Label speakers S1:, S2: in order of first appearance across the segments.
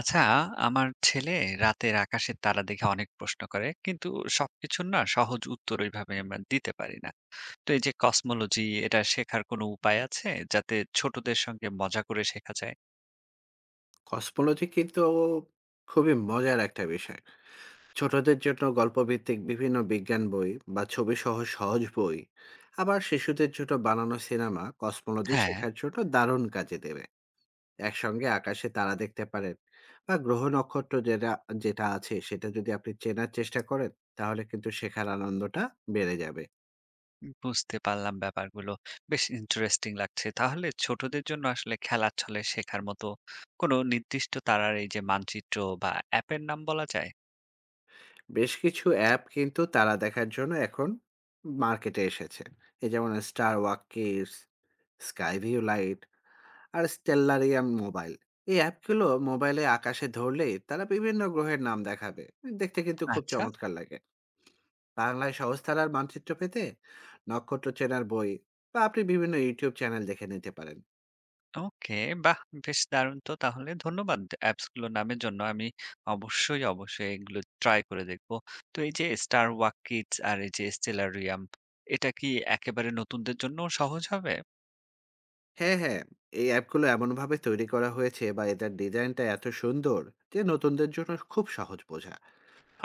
S1: আচ্ছা, আমার ছেলে রাতের আকাশের তারা দেখে অনেক প্রশ্ন করে, কিন্তু সবকিছুর না সহজ উত্তর ওইভাবে আমরা দিতে পারি না। তো এই যে কসমোলজি, এটা শেখার কোনো উপায় আছে যাতে ছোটদের সঙ্গে মজা করে শেখা যায়?
S2: কসমোলজি কিন্তু খুবই মজার একটা বিষয়। ছোটদের জন্য গল্পভিত্তিক বিভিন্ন বিজ্ঞান বই বা ছবিসহ সহজ বই, আবার শিশুদের জন্য বানানো সিনেমা কসমোলজি
S1: হ্যাঁ,
S2: শেখার জন্য দারুণ কাজে দেবে। একসঙ্গে আকাশে তারা দেখতে পারেন বা গ্রহ নক্ষত্র যেটা যেটা আছে সেটা যদি আপনি চেনার চেষ্টা করেন, তাহলে কিন্তু শেখার আনন্দটা বেড়ে যাবে।
S1: বুঝতে পারলাম ব্যাপারগুলো বেশ ইন্টারেস্টিং লাগছে। তাহলে ছোটদের জন্য আসলে খেলার ছলে শেখার মতো কোনো নির্দিষ্ট তারার এই যে মানচিত্র বা অ্যাপের নাম বলা যায়?
S2: বেশ কিছু অ্যাপ কিন্তু তারা দেখার জন্য এখন মার্কেটে এসেছে। এই যেমন Star Walk Kids, Skyview Lite আর স্টেলারিয়াম মোবাইল। এই অ্যাপগুলো মোবাইলে আকাশে ধরলেই তারা বিভিন্ন গ্রহের নাম দেখাবে। দেখতে কিন্তু খুব
S1: আচ্ছা,
S2: চমৎকার লাগে। বাংলায় সহজ তারার মানচিত্র পেতে নক্ষত্র চেনার বই বা আপনি বিভিন্ন ইউটিউব চ্যানেল দেখে নিতে পারেন।
S1: ওকে, বাহ! বেশ দারুণ তো তাহলে। ধন্যবাদ অ্যাপস গুলোর নামের জন্য। আমি অবশ্যই এগুলো ট্রাই করে দেখব। তো এই যে Star Walk Kids আর এই যে Stellarium, এটা কি একেবারে নতুনদের জন্যও সহজ হবে?
S2: হ্যাঁ, হ্যাঁ, এই অ্যাপগুলো এমনভাবে তৈরি করা হয়েছে বা এদের ডিজাইনটা এত সুন্দর যে নতুনদের জন্য খুব সহজ বোঝা।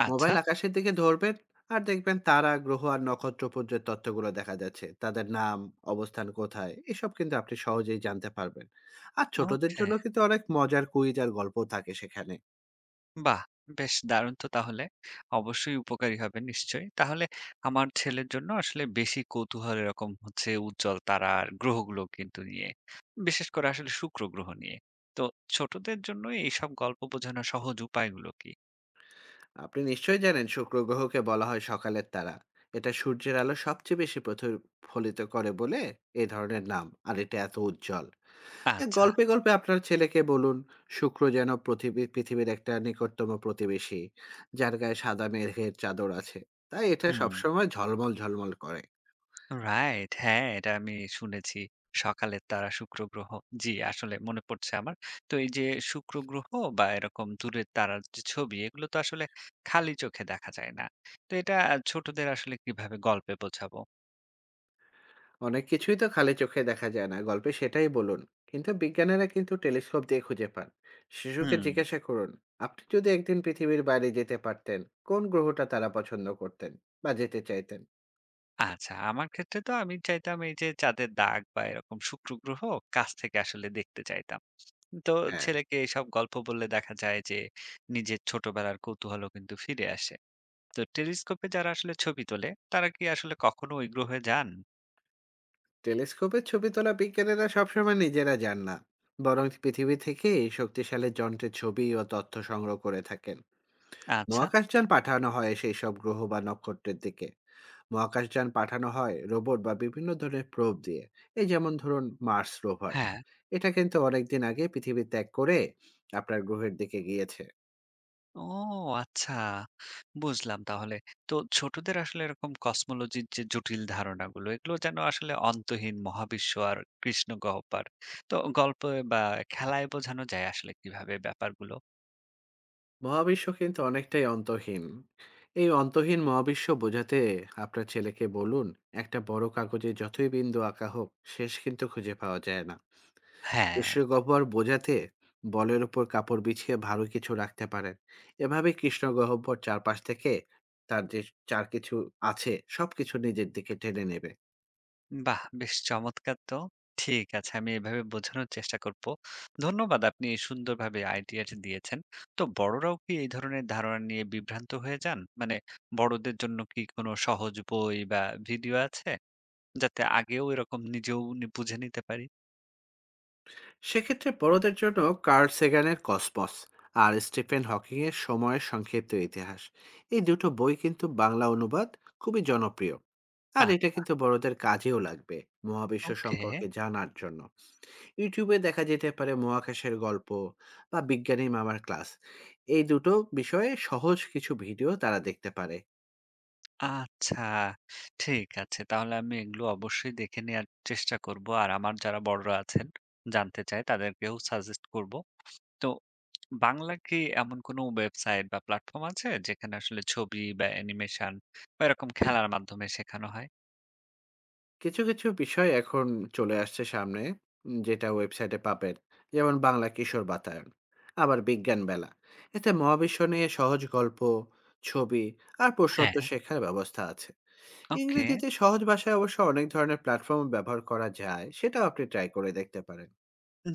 S1: আচ্ছা,
S2: মোবাইল আকাশের দিকে ধরবেন আর দেখবেন তারা, গ্রহ আর নক্ষত্রপুঞ্জের তথ্যগুলো দেখা যাচ্ছে, তাদের নাম, অবস্থান কোথায় এসব কিন্তু আপনি সহজেই জানতে পারবেন। আর ছোটদের
S1: ওকে।
S2: জন্য কিন্তু অনেক মজার কুইজ আর গল্প থাকে সেখানে।
S1: বাহ! বেশ দারুণ তো তাহলে। অবশ্যই উপকারী হবে নিশ্চয়ই। তাহলে আমার ছেলের জন্য আসলে বেশি কৌতূহল এরকম হচ্ছে উজ্জ্বল তারা আর গ্রহগুলো কিন্তু নিয়ে। বিশেষ করে আসলে শুক্র গ্রহ নিয়ে। তো ছোটদের জন্য এইসব গল্প বোঝানোর সহজ উপায়গুলো কি?
S2: আপনি নিশ্চয়ই জানেন শুক্র গ্রহকে বলা হয় সকালের তারা। এটা সূর্যের আলো সবচেয়ে বেশি প্রতিফলিত করে বলে এ ধরনের নাম, আর এটা এত উজ্জ্বল। এ
S1: আচ্ছা।
S2: গল্পে, গল্পে আপনার ছেলেকে বলুন, শুক্র যেন পৃথিবীর একটা নিকটতম প্রতিবেশী, যার গায়ে সাদা মেঘের চাদর আছে। তাই এটা
S1: হুম।
S2: সবসময় ঝলমল, ঝলমল করে।
S1: রাইট। হ্যাঁ, এটা আমি শুনেছি। সকালের তারা শুক্র গ্রহ। জি, আসলে মনে পড়ছে আমার। তো এই যে শুক্র গ্রহ বা এরকম দূরের তারার যে ছবি, এগুলো তো আসলে খালি চোখে দেখা যায় না। তো এটা ছোটদের আসলে কিভাবে গল্পে বোঝাবো?
S2: অনেক কিছুই তো খালি চোখে দেখা যায় না। গল্পে সেটাই বলুন। কিন্তু বিজ্ঞানীরা কিন্তু টেলিস্কোপ দিয়ে খুঁজে পান। শিশুকে
S1: হুম,
S2: জিজ্ঞাসা করুন, আপনি যদি একদিন পৃথিবীর বাইরে যেতে পারতেন, কোন গ্রহটা তারা পছন্দ করতেন বা যেতে চাইতেন?
S1: আচ্ছা আমার ক্ষেত্রে তো আমি চাইতাম এই যে চাঁদের দাগ বা এরকম শুক্র গ্রহ কাছ থেকে আসলে দেখতে চাইতাম। তো
S2: হ্যাঁ।
S1: ছেলেকে এসব গল্প বললে দেখা যায় যে নিজের ছোটবেলার কৌতূহলও কিন্তু ফিরে আসে। তো টেলিস্কোপে যারা আসলে ছবি তোলে তারা কি আসলে কখনো ওই গ্রহে যান?
S2: টেলিস্কোপে ছবি তোলা বিজ্ঞানীরা সবসময় নিজেরা যান না, বরং পৃথিবী থেকে এই শক্তিশালী যন্ত্রের ছবি ও তথ্য সংগ্রহ করে থাকেন।
S1: আচ্ছা,
S2: মহাকাশযান পাঠানো হয় সেই সব গ্রহ বা নক্ষত্রের দিকে। মহাকাশযান পাঠানো হয় রোবট বা বিভিন্ন ধরনের প্রোব দিয়ে। এই যেমন ধরুন মার্স রোভার,
S1: হ্যাঁ।
S2: এটা কিন্তু অনেকদিন আগে পৃথিবী ত্যাগ করে আপনার গ্রহের দিকে গিয়েছে।
S1: ও আচ্ছা, বুঝলাম তাহলে। তো ছোটদের আসলে এরকম কসমোলজির যে জটিল ধারণাগুলো, এগুলো যেন আসলে অন্তহীন মহাবিশ্ব আর কৃষ্ণ গহ্বর। তো গল্পে বা খেলায় বোঝানো যায় আসলে কিভাবে ব্যাপারগুলো?
S2: মহাবিশ্ব কিন্তু অনেকটাই অন্তহীন। এই অন্তহীন মহাবিশ্ব বোঝাতে আপনার ছেলেকে বলুন, একটা বড় কাগজে যতই বিন্দু আঁকা হোক, শেষ কিন্তু খুঁজে পাওয়া যায় না।
S1: হ্যাঁ।
S2: কৃষ্ণগহ্বর বোঝাতে বলের উপর কাপড় বিছিয়ে ভালো কিছু রাখতে পারেন। এভাবে কৃষ্ণগহ্বর চারপাশ থেকে তার যে চার কিছু আছে সবকিছু নিজের দিকে টেনে নেবে।
S1: বাহ! বেশ চমৎকার তো। ঠিক আছে, আমি এভাবে বোঝানোর চেষ্টা করব। ধন্যবাদ, আপনি সুন্দরভাবে আইডিয়াটা দিয়েছেন। তো বড়রাও কি এই ধরনের ধারণা নিয়ে বিভ্রান্ত হয়ে যান? মানে বড়দের জন্য কি কোনো সহজ বই বা ভিডিও আছে, যাতে আগেও এরকম নিজেও বুঝে নিতে পারি?
S2: সেক্ষেত্রে বড়দের জন্য কার্ল সেগানের কসমস আর স্টিফেন হকিংয়ের সময়ের সংক্ষিপ্ত ইতিহাস, এই দুটো বই কিন্তু বাংলা অনুবাদ খুবই জনপ্রিয়। আর এটা
S1: আচ্ছা,
S2: কিন্তু বড়দের কাজেও লাগবে মহাবিশ্ব
S1: ওকে।
S2: সম্পর্কে জানার জন্য। ইউটিউবে দেখা যেতে পারে মহাকাশের গল্প বা বিজ্ঞানী মামার ক্লাস, এই দুটো বিষয়ে সহজ কিছু ভিডিও তারা দেখতে পারে।
S1: আচ্ছা, ঠিক আছে। তাহলে আমি এগুলো অবশ্যই দেখে নেয়ার চেষ্টা করব। আর আমার যারা বড়রা আছেন, জানতে চায়, তাদেরকেও সাজেস্ট করব। তো বাংলা কি এমন কোনো ওয়েবসাইট বা প্ল্যাটফর্ম আছে যেখানে আসলে ছবি বা অ্যানিমেশন বা এরকম খেলার মাধ্যমে শেখানো হয়?
S2: কিছু বিষয় এখন চলে আসছে সামনে, যেটা ওয়েবসাইটে পাবেন। যেমন বাংলা কিশোর বাতায়ন, আবার বিজ্ঞান বেলা। এতে মহাবিশ্ব নিয়ে সহজ গল্প, ছবি আর
S1: হ্যাঁ।
S2: প্রশ্নোত্তর শেখার ব্যবস্থা আছে।
S1: ওকে।
S2: ইংরেজিতে সহজ ভাষায় অবশ্য অনেক ধরনের প্ল্যাটফর্ম ব্যবহার করা যায়, সেটাও আপনি ট্রাই করে দেখতে পারেন।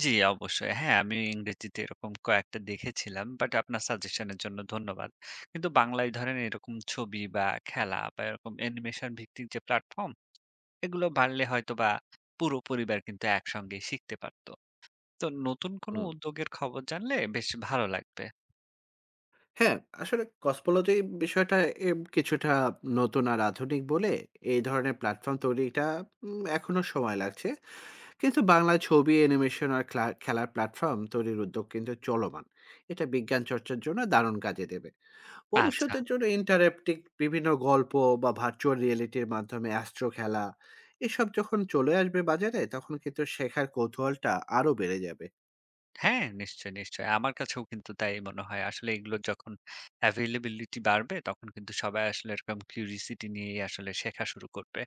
S1: জি, অবশ্যই। হ্যাঁ, আমি ইংরেজিতে এরকম কয়েকটা দেখেছিলাম। বাট আপনার সাজেশনের জন্য ধন্যবাদ। কিন্তু বাংলায় ধরেন এরকম ছবি বা খেলা বা এরকম অ্যানিমেশন ভিত্তিক যে প্ল্যাটফর্ম, এগুলো বাড়লে হয়তোবা পুরো পরিবার কিন্তু একসঙ্গে শিখতে পারত। তো নতুন কোনো
S2: হুম।
S1: উদ্যোগের খবর জানলে বেশ ভালো লাগবে।
S2: হ্যাঁ, আসলে কসমোলজি বিষয়টা কিছুটা নতুন আর আধুনিক বলে এই ধরনের প্ল্যাটফর্ম তৈরিটা এখনো সময় লাগছে। কিন্তু বাংলা ছবি, অ্যানিমেশন আর খেলার প্ল্যাটফর্ম তৈরির উদ্যোগ কিন্তু চলমান। এটা বিজ্ঞান চর্চার জন্য দারুণ কাজে দেবে।
S1: আচ্ছা।
S2: ভবিষ্যতের জন্য ইন্টারেক্টিভ বিভিন্ন গল্প বা ভার্চুয়াল রিয়েলিটির মাধ্যমে অ্যাস্ট্রো খেলা, এসব যখন চলে আসবে বাজারে তখন কিন্তু শেখার কৌতূহলটা আরো বেড়ে যাবে।
S1: হ্যাঁ, নিশ্চয়ই। আমার কাছেও কিন্তু তাই মনে হয়। আসলে এগুলোর যখন availability বাড়বে তখন কিন্তু সবাই আসলে এরকম curiosity নিয়েই আসলে শেখা শুরু করবে।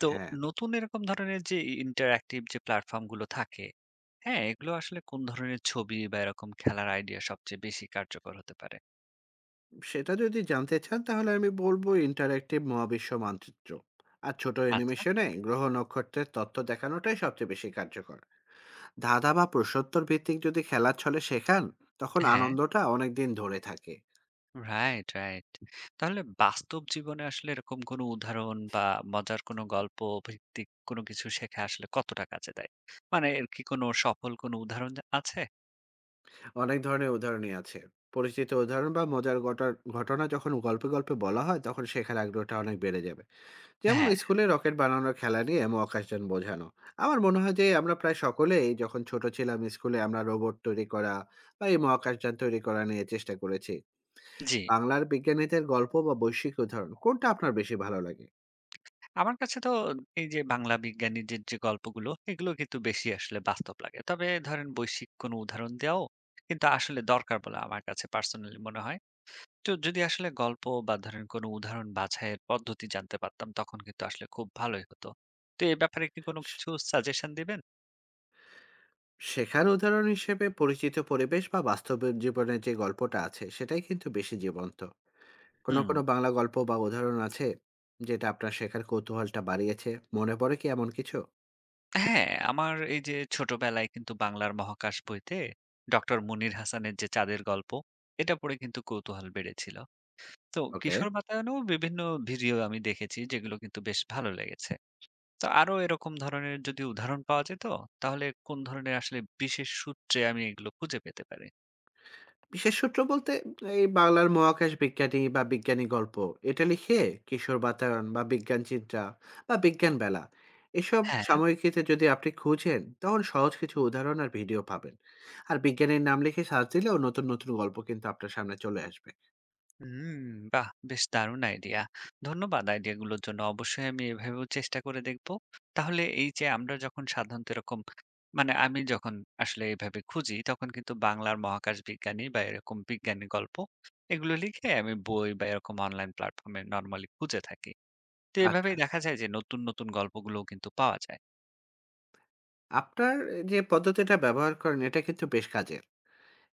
S1: তো
S2: হ্যাঁ,
S1: নতুন এরকম ধরনের যে interactive যে প্ল্যাটফর্ম গুলো থাকে, হ্যাঁ, এগুলো আসলে কোন ধরনের ছবি বা এরকম খেলার আইডিয়া সবচেয়ে বেশি কার্যকর হতে পারে?
S2: সেটা যদি জানতে চান তাহলে আমি বলব ইন্টারেক্টিভ মহাবিশ্ব মানচিত্র। আর ছোট
S1: আচ্ছা,
S2: অ্যানিমেশনে গ্রহ নক্ষত্রের তথ্য দেখানোটাই সবচেয়ে বেশি কার্যকর। ধাঁধা বা প্রশ্নোত্তর ভিত্তিক যদি খেলার ছলে শেখান তখন
S1: হ্যাঁ।
S2: আনন্দটা অনেক দিন ধরে থাকে।
S1: রাইট। তাহলে বাস্তব জীবনে আসলে এরকম কোনো উদাহরণ বা মজার কোনো গল্প ভিত্তিক কোনো কিছু শেখা আসলে কতটা কাজে দেয়? মানে এর কি কোনো সফল কোনো উদাহরণ আছে?
S2: অনেক ধরনের উদাহরণই আছে। পরিচিত উদাহরণ বা মজার ঘটনা ঘটনা যখন গল্পে গল্পে বলা হয় তখন শেখার আগ্রহটা অনেক বেড়ে যাবে। যেমন
S1: হ্যাঁ,
S2: স্কুলে রকেট বানানোর খেলা নিয়ে মহাকাশযান বোঝানো। আমার মনে হয় যে আমরা প্রায় সকলেই যখন ছোট ছিলাম স্কুলে আমরা রোবট তৈরি করা বা এই মহাকাশযান তৈরি করা নিয়ে চেষ্টা করেছি।
S1: জি।
S2: বাংলার বিজ্ঞানীদের গল্প বা বৈশ্বিক উদাহরণ, কোনটা আপনার বেশি ভালো লাগে?
S1: আমার কাছে তো এই যে বাংলা বিজ্ঞানীদের যে গল্পগুলো, এগুলো কিন্তু বেশি আসলে বাস্তব লাগে। তবে ধরেন বৈশ্বিক কোনো উদাহরণ দেওয়াও কিন্তু আসলে দরকার বলে আমার কাছে পার্সোনালি মনে হয়। তো যদি আসলে গল্প বা ধরেন কোনো উদাহরণ বাছাইয়ের পদ্ধতি জানতে পারতাম তখন কিন্তু আসলে খুব ভালোই হতো। তো এ ব্যাপারে কি কোনো কিছু সাজেশন দিবেন?
S2: শেখার উদাহরণ হিসেবে পরিচিত পরিবেশ বা বাস্তব জীবনের যে গল্পটা আছে সেটাই কিন্তু বেশি জীবন্ত। কোনো
S1: হুম।
S2: কোনো বাংলা গল্প বা উদাহরণ আছে যেটা আপনার শেখার কৌতূহলটা বাড়িয়েছে? মনে পড়ে কি এমন কিছু?
S1: হ্যাঁ, আমার এই যে ছোটবেলায় কিন্তু বাংলার মহাকাশ বইতে ডক্টর মুনির হাসানের যে চাঁদের গল্প, এটা পড়ে কিন্তু কৌতূহল বেড়েছিল। তো
S2: ওকে।
S1: কিশোর বাতায়নেও বিভিন্ন ভিডিও আমি দেখেছি যেগুলো কিন্তু বেশ ভালো লেগেছে। তো আরো এরকম ধরনের যদি উদাহরণ পাওয়া যেত, তাহলে কোন ধরনের আসলে বিশেষ সূত্রে আমি এগুলো খুঁজে পেতে পারি?
S2: বিশেষ সূত্র বলতে, এই বাংলার মহাকাশ বিজ্ঞানী বা বিজ্ঞানী গল্প, এটা লিখে কিশোর বাতায়ন বা বিজ্ঞান চিন্তা বা বিজ্ঞান বেলা, এসব
S1: হ্যাঁ।
S2: সাময়িকীতে যদি আপনি খুঁজেন তখন সহজ কিছু উদাহরণ আর ভিডিও পাবেন। আর বিজ্ঞানীর নাম লিখে সার্চ দিলেও নতুন নতুন গল্প কিন্তু আপনার সামনে চলে আসবে।
S1: হুম, বাহ! বেশ দারুণ আইডিয়া। ধন্যবাদ আইডিয়াগুলোর জন্য। অবশ্যই আমি এভাবেও চেষ্টা করে দেখব। তাহলে এই যে আমরা যখন সাধারণত এরকম, মানে আমি যখন আসলে এভাবে খুঁজি তখন কিন্তু বাংলার মহাকাশ বিজ্ঞানী বা এরকম বিজ্ঞানী গল্প এগুলো লিখে আমি বই বা এরকম অনলাইন প্ল্যাটফর্মে নরমালি খুঁজে থাকি। তো
S2: আচ্ছা,
S1: এভাবেই দেখা যায় যে নতুন গল্পগুলোও কিন্তু পাওয়া যায়।
S2: আপনার যে পদ্ধতিটা ব্যবহার করেন এটা কিন্তু বেশ কাজের।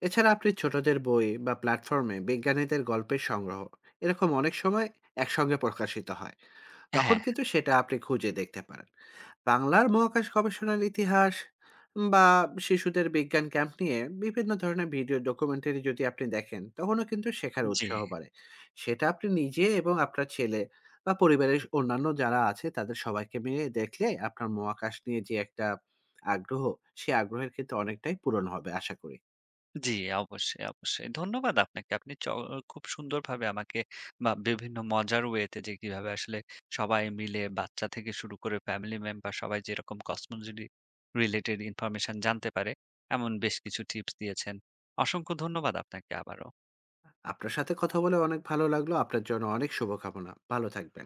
S2: এছাড়া আপনি ছোটদের বই বা প্ল্যাটফর্মে বিজ্ঞানীদের গল্পের সংগ্রহ এরকম অনেক সময় একসঙ্গে প্রকাশিত হয়, তখন
S1: হ্যাঁ,
S2: কিন্তু সেটা আপনি খুঁজে দেখতে পারেন। বাংলার মহাকাশ গবেষণার ইতিহাস বা শিশুদের বিজ্ঞান ক্যাম্প নিয়ে বিভিন্ন ধরনের ভিডিও ডকুমেন্টারি যদি আপনি দেখেন তখনও কিন্তু শেখার
S1: জি।
S2: উৎসাহ বাড়ে। সেটা আপনি নিজে এবং আপনার ছেলে বা পরিবারের অন্যান্য যারা আছে তাদের সবাইকে মিলে দেখলে আপনার মহাকাশ নিয়ে যে একটা আগ্রহ, সে আগ্রহের কিন্তু অনেকটাই পূরণ হবে আশা করি।
S1: জি, অবশ্যই। ধন্যবাদ আপনাকে। আপনি খুব সুন্দরভাবে আমাকে বা বিভিন্ন মজার ওয়েতে যে কিভাবে আসলে সবাই মিলে বাচ্চা থেকে শুরু করে ফ্যামিলি মেম্বার সবাই যেরকম কসমোলজি রিলেটেড ইনফরমেশন জানতে পারে, এমন বেশ কিছু টিপস দিয়েছেন। অসংখ্য ধন্যবাদ আপনাকে আবারও।
S2: আপনার সাথে কথা বলে অনেক ভালো লাগলো। আপনার জন্য অনেক শুভকামনা। ভালো থাকবেন।